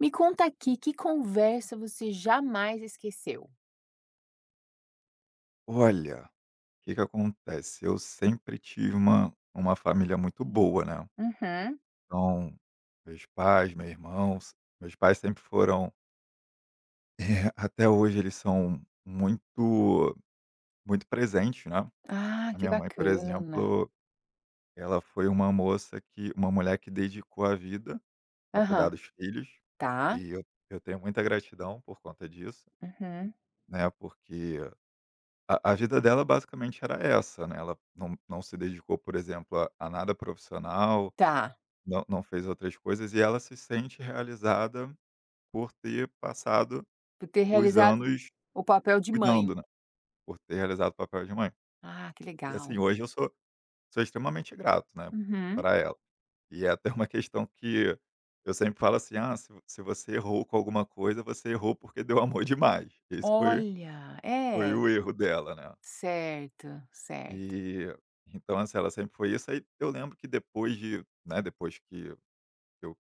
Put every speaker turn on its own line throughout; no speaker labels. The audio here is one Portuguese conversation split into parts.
Me conta aqui, que conversa você jamais esqueceu?
Olha, o que que acontece, eu sempre tive uma família muito boa, né,
Uhum.
então, meus pais, meus irmãos, meus pais sempre foram, até hoje eles são muito muito presentes, né.
Ah,
A
que
minha mãe, por
bacana.
exemplo, ela foi uma moça que uma mulher que dedicou a vida a cuidar
Aham.
dos filhos,
Tá.
e eu tenho muita gratidão por conta disso,
Uhum.
né, porque a vida dela basicamente era essa, né, ela não se dedicou, por exemplo, a nada profissional,
Tá.
não fez outras coisas e ela se sente realizada por ter passado
Por ter
os
realizado
anos
o papel de
cuidando,
mãe.
né, por ter realizado o papel de mãe.
Ah, que
E assim,
legal.
hoje eu sou extremamente grato, né,
Uhum.
para ela. E é até uma questão que eu sempre falo assim: "Ah, se você errou com alguma coisa, você errou porque deu amor demais". Esse foi
Olha,
Foi
é.
o erro dela, né.
Certo, certo.
E, então, assim, ela sempre foi isso. Aí eu lembro que depois de né, depois que eu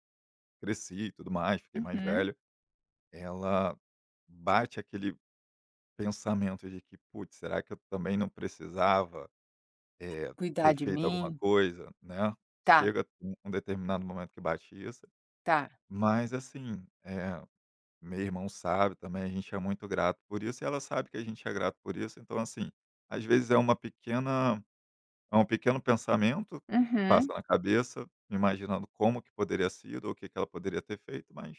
cresci e tudo mais, fiquei mais
Uhum.
velho, ela bate aquele pensamento de que: "Putz, será que eu também não precisava, eh,
Cuidar
ter
de
feito alguma
mim.
coisa?", né.
Tá,
Chega um determinado momento que bate isso.
tá.
Mas, assim, meu irmão sabe também, a gente é muito grato por isso e ela sabe que a gente é grato por isso. Então, assim, às vezes é uma pequena É um pequeno pensamento que passa
Uhum.
na cabeça, imaginando como que poderia sido ou o que que ela poderia ter feito, mas,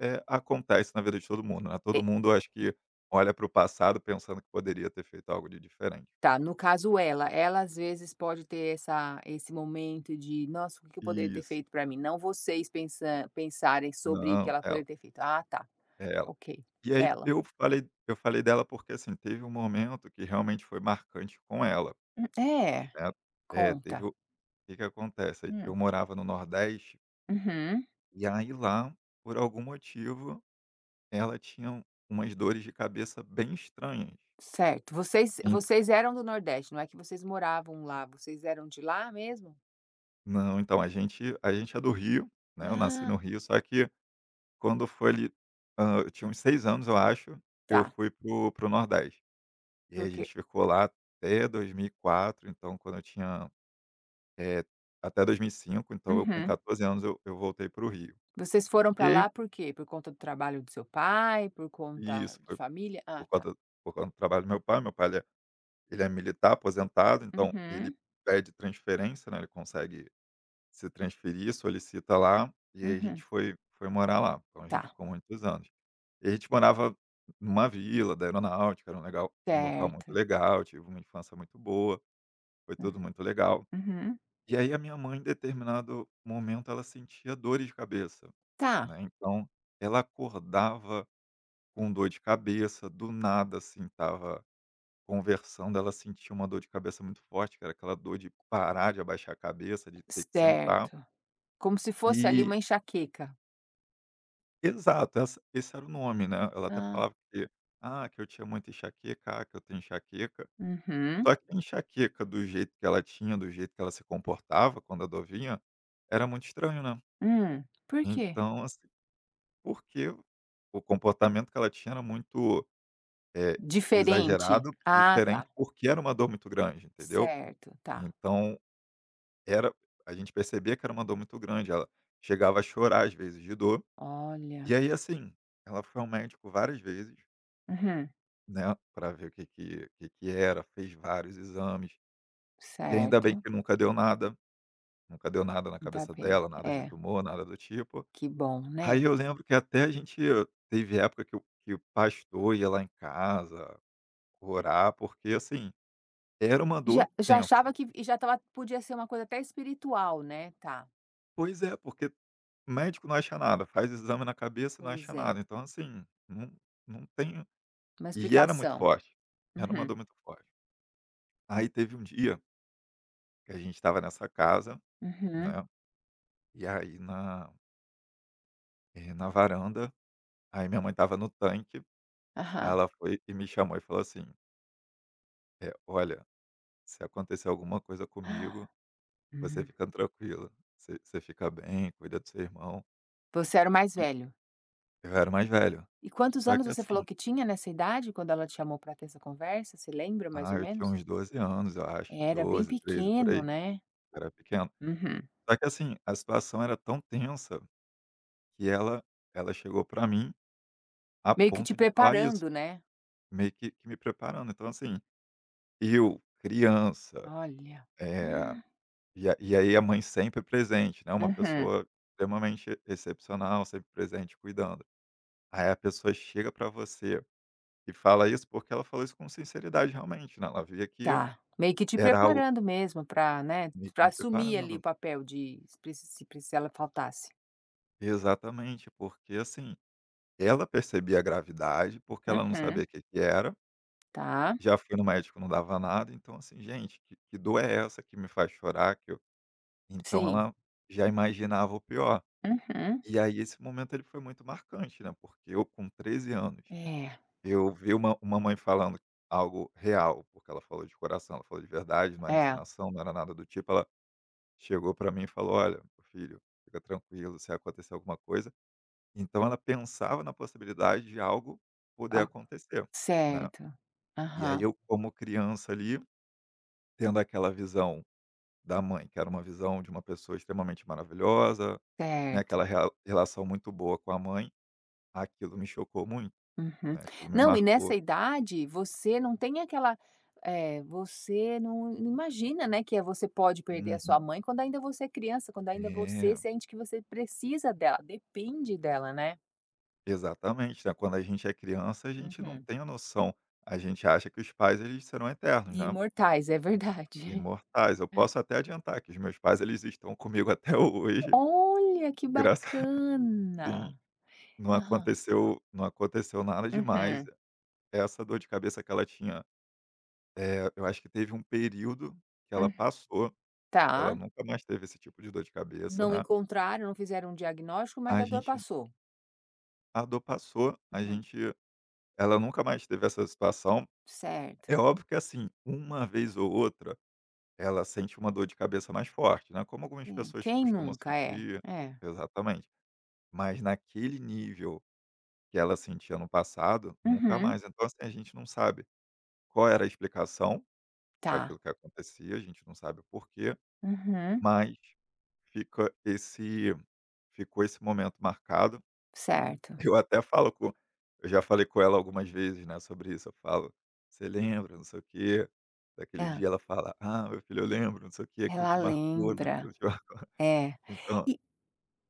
acontece na vida de todo mundo, né. Todo mundo acho que olha para o passado pensando que poderia ter feito algo de diferente.
Tá, no caso ela, ela às vezes pode ter essa esse momento de: "Nossa, o que eu poderia ter
Isso.
feito pra mim?". Não vocês pensan pensarem sobre o que
Não,
ela
ela,
poderia ter feito. Ah, tá,
é ela.
ok.
E aí
Ela.
eu falei dela porque, assim, teve um momento que realmente foi marcante com ela,
É,
né. É,
conta.
teve o que que acontece,
Hum,
eu morava no Nordeste,
uhum,
e aí lá, por algum motivo ela tinha umas dores de cabeça bem estranhas.
certo. Vocês
En
vocês eram do Nordeste, não é que vocês moravam lá, vocês eram de lá mesmo?
Não, então, a gente é do Rio, né, eu nasci no
Ah,
Rio, só que quando foi ali, eu tinha uns 6 anos, eu acho, eu
tá,
fui pro Nordeste. E aí a
porque
gente ficou lá até 2004, então quando eu tinha, eh, até 2005, então eu com
uhum.
14 anos eu voltei pro Rio.
Vocês foram pra lá por quê? Por conta do trabalho do seu pai, por
E
conta
isso,
de
foi
família? Ah,
por
tá.
conta por conta do trabalho do meu pai ele ele é militar aposentado, então ele
Uhum,
pede transferência, né, ele consegue se transferir, solicita lá, e aí a gente
uhum,
foi morar lá, então a gente
tá.
ficou muitos anos. E a gente morava numa vila da aeronáutica, era um legal um local muito
Certo.
legal, tive uma infância muito boa, foi
Hum,
tudo muito legal.
uhum.
E aí a minha mãe, em determinado momento, ela sentia dores de cabeça,
Tá,
né, então ela acordava com dor de cabeça, do nada, assim, estava conversando, ela sentia uma dor de cabeça muito forte, que era aquela dor de parar, de abaixar a cabeça, de ter que sentar.
certo. Como se fosse ali
E
uma enxaqueca.
exato, essa esse era o nome, né, ela até
Ah,
falava que: "Ah, que eu tinha muita enxaqueca, ah, que eu tenho enxaqueca".
uhum.
Só que a enxaqueca do jeito que ela tinha, do jeito que ela se comportava quando a novinha, era muito estranho, né.
Por quê?
Então, assim, porque o comportamento que ela tinha era muito, eh,
Diferente?
exagerado,
Ah, tá.
diferente, porque era uma dor muito grande, entendeu.
Certo, tá.
Então era a gente percebia que era uma dor muito grande, ela chegava a chorar às vezes de dor.
Olha.
E aí, assim, ela foi ao médico várias vezes.
Uhum.
Né, para ver o que era, fez vários exames, e ainda bem
Certo.
que nunca deu nada, nunca deu nada na
Tá
cabeça
bem.
dela, nada de
É,
tumor, nada do tipo.
que bom,
Aí
né.
eu lembro que até a gente teve época que o pastor ia lá em casa orar, porque, assim, era uma
Já
dor
já
tensa.
achava que e já estava podia ser uma coisa até espiritual, né. Tá,
Pois é, porque médico não acha nada, faz exame na cabeça e não acha
pois é.
nada, então, assim, não tem
Uma
e era muito
explicação.
forte, era uma
Uhum,
dor muito forte. Aí teve um dia que a gente estava nessa casa,
uhum.
né e aí na na varanda, aí minha mãe estava no tanque, aí
Aham.
ela foi e me chamou e falou assim: Olha, se acontecer alguma coisa comigo, você
Hum.
fica tranquila, você fica bem, cuida do seu irmão".
Você era o mais
E
velho?
eu era o mais velho.
E quantos
Só
anos
que
você falou
assim,
que tinha nessa idade quando ela te chamou para ter essa conversa, você lembra mais
ah,
ou
eu tinha
menos?
uns 12 anos, eu acho,
Era bem
12 13 por aí,
pequeno, né.
eu era pequeno.
Uhum.
Só que assim, a situação era tão tensa que ela chegou pra mim a
Meio que te
ponto de falar isso,
preparando, né.
meio que me preparando. Então assim, eu, criança,
Olha.
eh e a e aí a mãe sempre presente, né, uma
Uhum.
pessoa extremamente excepcional, sempre presente, cuidando. Aí a pessoa chega para você e fala isso, porque ela falou isso com sinceridade realmente, né, ela via que
Tá. Meio que te
era algo
preparando mesmo para, né,
meio que
para
me
assumir ali o
preparando.
papel de se preci se preci se ela faltasse.
Exatamente, porque, assim, ela percebia a gravidade, porque ela não sabia
Uhum.
o que que era,
Tá.
já fui no médico, não dava nada, então, assim: "Gente, que dor é essa que me faz chorar?", que eu então
Sim.
ela já imaginava o pior.
Uhum.
E aí esse momento ele foi muito marcante, né, porque eu com 13 anos,
É,
eu vi uma mãe falando algo real, porque ela falou de coração, ela falou de verdade, não era
é.
encenação, não era nada do tipo, ela chegou para mim e falou: "Olha, meu filho, fica tranquilo, se acontecer alguma coisa", então ela pensava na possibilidade de algo poder
Ah,
acontecer, né.
certo.
E aí
Aham.
eu como criança ali, tendo aquela visão da mãe, que era uma visão de uma pessoa extremamente maravilhosa, né, aquela
Certo.
rea relação muito boa com a mãe, aquilo me chocou muito.
Uhum.
Né, aquilo me
Não, e nessa
marcou.
idade você não tem aquela você não imagina, né, que é você pode perder a sua
Uhum.
mãe quando ainda você é criança, quando ainda você
É,
sente que você precisa dela, depende dela, né.
exatamente, né, quando a gente é criança, a gente não
Uhum.
tem a noção. A gente acha que os pais, eles serão eternos,
E
né,
imortais, é verdade.
imortais. Eu posso até adiantar que os meus pais, eles estão comigo até hoje,
Olha, que
graças a Deus
bacana. Aham.
não aconteceu nada demais.
Uhum,
Essa dor de cabeça que ela tinha, eu acho que teve um período que ela
hum.
passou, ela
Tá.
nunca mais teve esse tipo de dor de cabeça,
Não
né.
encontraram, não fizeram um diagnóstico, mas a
A
dor
gente
passou.
a dor passou, a
Uhum.
gente ela nunca mais teve essa situação.
Certo.
É óbvio que, assim, uma vez ou outra, ela sente uma dor de cabeça mais forte, né, como algumas
Sim,
pessoas
quem
costumam
nunca? É,
sentir
é.
exatamente. Mas naquele nível que ela sentia no passado, nunca
Uhum.
mais. Então, assim, a gente não sabe qual era a explicação para
Tá.
aquilo que acontecia, a gente não sabe o porquê,
Uhum,
mas fica esse ficou esse momento marcado.
certo.
Eu até falo com eu já falei com ela algumas vezes, né, sobre isso, eu falo: "Você lembra, não sei o quê, daquele
É,
dia?" Ela fala: "Ah, meu filho, eu lembro, não sei o quê, aquilo
ela
te marcou, né,
lembra.
aquilo te marcou".
É.
Então
E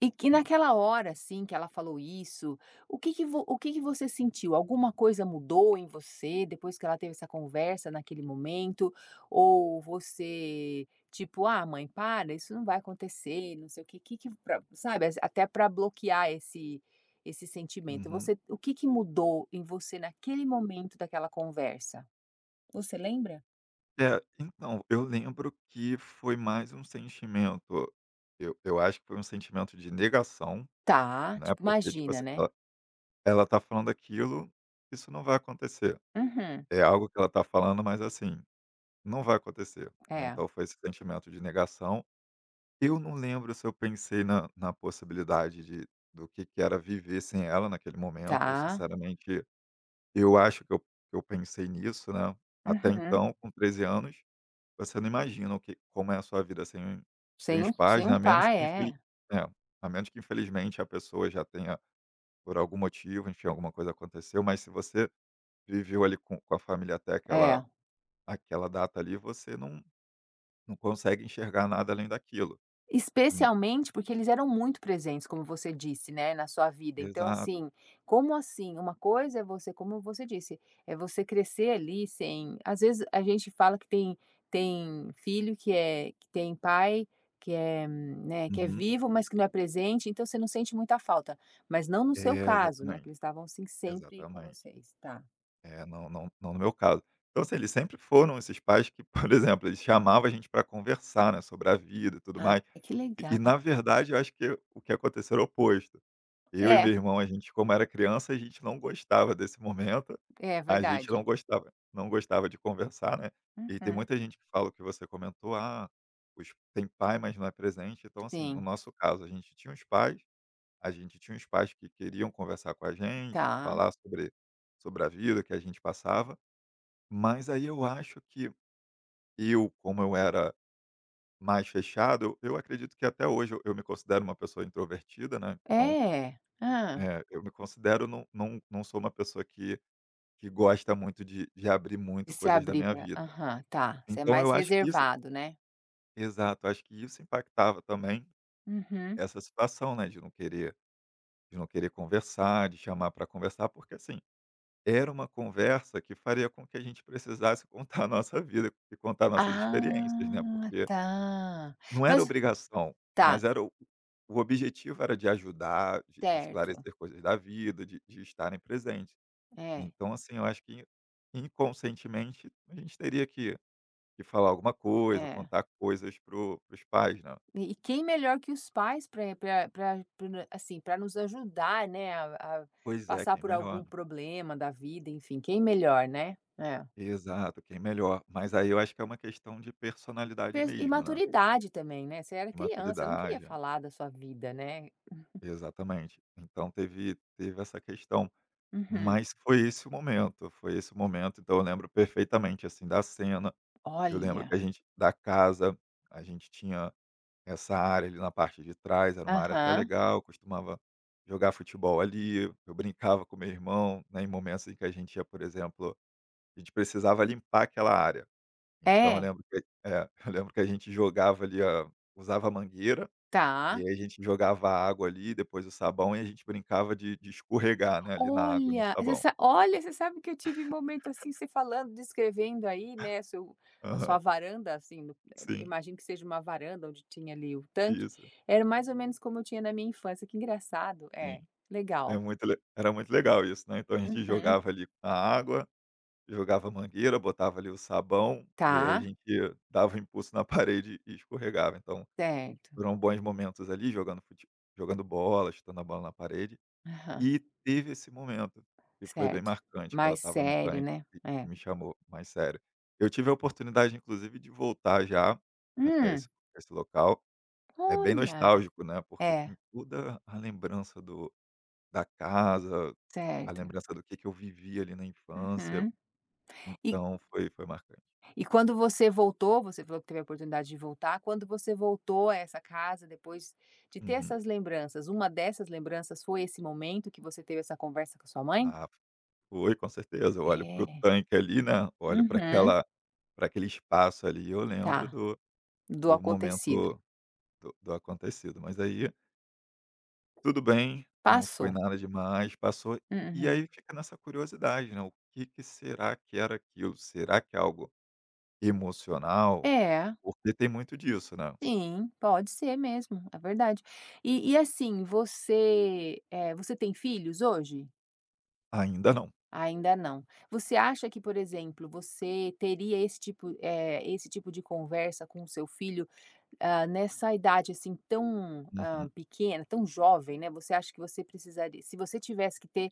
e que naquela hora, assim, que ela falou isso, o que que vo o que que você sentiu? Alguma coisa mudou em você depois que ela teve essa conversa naquele momento? Ou você, tipo: "Ah, mãe, para, isso não vai acontecer, não sei o quê", que pra sabe, as- até para bloquear esse esse sentimento.
uhum.
Você o que que mudou em você naquele momento daquela conversa? Você lembra?
É, então, eu lembro que foi mais um sentimento eu acho que foi um sentimento de negação,
Tá,
né,
tipo,
porque, tipo
imagina,
assim,
né?
ela tá falando aquilo, isso não vai acontecer.
Uhum.
É algo que ela tá falando, mas assim, não vai acontecer, né,
É,
então foi esse sentimento de negação. Eu não lembro se eu pensei na possibilidade de do que era viver sem ela naquele momento, eu
tá.
sinceramente eu acho que eu pensei nisso, né, até
Uhum.
então com 13 anos, você não imagina o que como é a sua vida sem sem
Sem
os
um
pais,
sem
né,
um
a menos
pai,
que infeli
é.
é, a menos que infelizmente a pessoa já tenha por algum motivo, enfim, alguma coisa aconteceu, mas se você viveu ali com a família até
É.
aquela data ali, você não consegue enxergar nada além daquilo. En
Especialmente porque eles eram muito presentes, como você disse, né, na sua vida. Então,
Exato.
assim, como assim? Uma coisa é você como você disse, é você crescer ali sem às vezes a gente fala que tem tem filho que é que tem pai que é, né, que é
Uhum.
vivo, mas que não é presente, então você não sente muita falta. Mas não no seu
É,
caso, né, que
exatamente,
eles estavam, assim, sempre com
exatamente.
vocês. Tá.
É, não no meu caso. Então, assim, eles sempre foram esses pais que, por exemplo, eles chamavam a gente para conversar, né, sobre a vida e tudo
Ah,
mais.
que legal.
E na verdade eu acho que o que aconteceu era o oposto. Eu e meu
É.
irmão, a gente como era criança, a gente não gostava desse momento,
É
a gente
verdade.
não gostava de conversar, né. E tem
Uhum.
muita gente que fala o que você comentou: "Ah, os tem pai, mas não é presente". Então, assim, no
Sim,
nosso caso, a gente tinha uns pais que queriam conversar com a gente,
tá.
falar sobre a vida que a gente passava, mas aí eu acho que eu, como eu era mais fechado, eu acredito que até hoje eu me considero uma pessoa introvertida, né, então,
É. ah,
eu me considero não sou uma pessoa que gosta muito de abrir
De
muito
se
coisas da
abrir
minha
pra
vida.
aham, tá. Você é
Então eu
mais
acho que isso
reservado, né?
exato, eu acho que isso impactava também
Uhum.
essa situação, né, de não querer conversar, de chamar para conversar, porque assim era uma conversa que faria com que a gente precisasse contar a nossa vida e contar nossas experiências, né,
Ah,
porque
tá.
não era
Mas
obrigação, mas
tá,
era o objetivo era de ajudar, de
certo.
esclarecer coisas da vida, de estarem presentes.
É,
Então, assim, eu acho que inconscientemente a gente teria que falar alguma coisa,
é.
contar coisas para os pais, né.
E quem melhor que os pais para, pra pra assim, para nos ajudar, né, a
Pois é,
passar
quem
por
melhor,
algum
né.
problema da vida, enfim, quem melhor, né? É.
Exato, quem melhor. Mas aí eu acho que é uma questão de personalidade
Pers e
mesmo, né,
maturidade também, né, você era
de
criança, não queria
maturidade.
falar da sua vida, né?
Exatamente. Então teve essa questão,
Uhum.
mas foi esse o momento, foi esse o momento, então eu lembro perfeitamente, assim, da cena, eu lembro que
Olha.
a gente da casa, a gente tinha essa área ali na parte de trás, era uma área até
Aham.
legal, costumava jogar futebol ali, eu brincava com meu irmão, né, em momentos em que a gente ia, por exemplo, a gente precisava limpar aquela área, então eu
É?
lembro eu lembro que a gente jogava ali a usava a mangueira
Tá.
e aí a gente jogava a água ali, depois o sabão, e a gente brincava de escorregar, né, ali na água e no
Olha, você
sabão.
sa olha, você sabe que eu tive momento, assim, você falando, descrevendo aí, né, seu a sua
Aham.
varanda, assim, no
Sim,
imagino que seja uma varanda onde tinha ali o tanque,
isso,
era mais ou menos como eu tinha na minha infância, que engraçado. É,
sim. É
legal.
muito le era muito legal isso, né, então a gente
Uhum.
jogava ali a água, jogava mangueira, botava ali o sabão, e aí a
Tá,
gente dava um impulso na parede e escorregava. Então,
certo.
foram bons momentos ali jogando bola, chutando a bola na parede.
Aham,
E teve esse momento, que foi bem
certo.
marcante, que ela
Mais
estava no
sério,
tanque
né.
e
É.
me chamou, mais sério. Eu tive a oportunidade inclusive de voltar já, até esse
Hum,
esse local. É bem
olha.
nostálgico, né, porque
É,
tem toda a lembrança do da casa, a
certo.
lembrança do que eu vivi ali na infância,
Uhum.
então foi foi marcante.
E quando você voltou, você falou que teve a oportunidade de voltar, quando você voltou a essa casa, depois de ter
Uhum.
essas lembranças, uma dessas lembranças foi esse momento que você teve essa conversa com a sua mãe?
Ah, foi, com certeza, eu olho para o
É.
tanque ali, né, olho para
Uhum.
aquela para aquele espaço ali, eu lembro
Tá.
do
Do
do
acontecido.
momento do acontecido, mas aí tudo bem, não foi
Passou.
nada demais, passou. E
Uhum.
aí fica nessa curiosidade, né, o que que será que era aquilo? Será que é algo emocional?
É,
Porque tem muito disso, né.
sim, pode ser mesmo, é verdade. E assim, você, você tem filhos hoje?
Ainda não.
Ainda não. Você acha que, por exemplo, você teria esse tipo esse tipo de conversa com o seu filho? Ah, nessa idade, assim, tão,
Uhum.
pequena, tão jovem, né, você acha que você precisaria se você tivesse que ter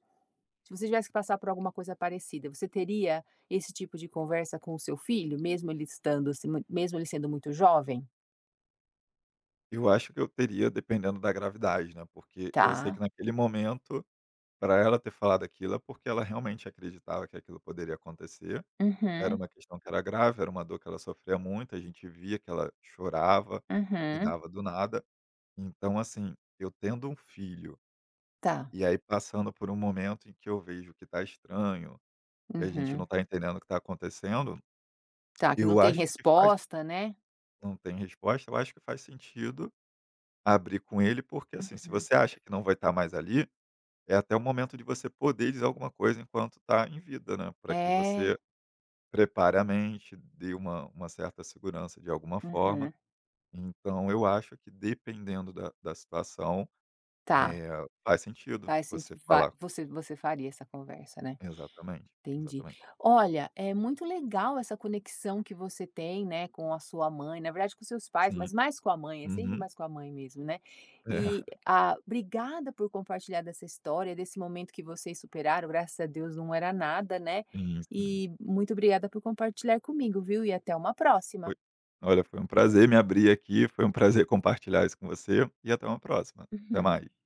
se você tivesse que passar por alguma coisa parecida, você teria esse tipo de conversa com o seu filho, mesmo ele estando assim mui mesmo ele sendo muito jovem?
Eu acho que eu teria dependendo da gravidade, né, porque eu sei que
Tá.
naquele momento, para ela ter falado aquilo é porque ela realmente acreditava que aquilo poderia acontecer, era
Uhum,
uma questão que era grave, era uma dor que ela sofria muito, a gente via que ela chorava e
uhum.
dava do nada. Então assim, eu tendo um filho
Tá.
e aí passando por um momento em que eu vejo que está estranho, que a gente não
Uhum.
está entendendo o que está acontecendo,
Tá, que não
eu
tem
acho que faz
resposta, né.
não tem resposta, eu acho que faz sentido abrir com ele, porque, assim, se
Uhum.
você acha que não vai estar mais ali, é até o momento de você poder dizer alguma coisa enquanto está em vida, né, para que
É.
você prepare a mente, dê uma certa segurança de alguma forma.
Uhum.
Então eu acho que dependendo da situação,
Tá.
eh, faz sentido
Tá, assim,
você
va
falar.
você você faria essa conversa, né?
Exatamente,
Entendi.
exatamente.
Olha, é muito legal essa conexão que você tem, né, com a sua mãe, na verdade com seus pais,
Sim.
mas mais com a mãe, é sempre
Uhum.
mais com a mãe mesmo, né. E,
É,
ah, obrigada por compartilhar dessa história, desse momento que vocês superaram, graças a Deus não era nada, né.
sim, sim.
E muito obrigada por compartilhar comigo, viu, e até uma próxima.
Foi Olha, foi um prazer me abrir aqui, foi um prazer compartilhar isso com você, e até uma próxima. Até mais.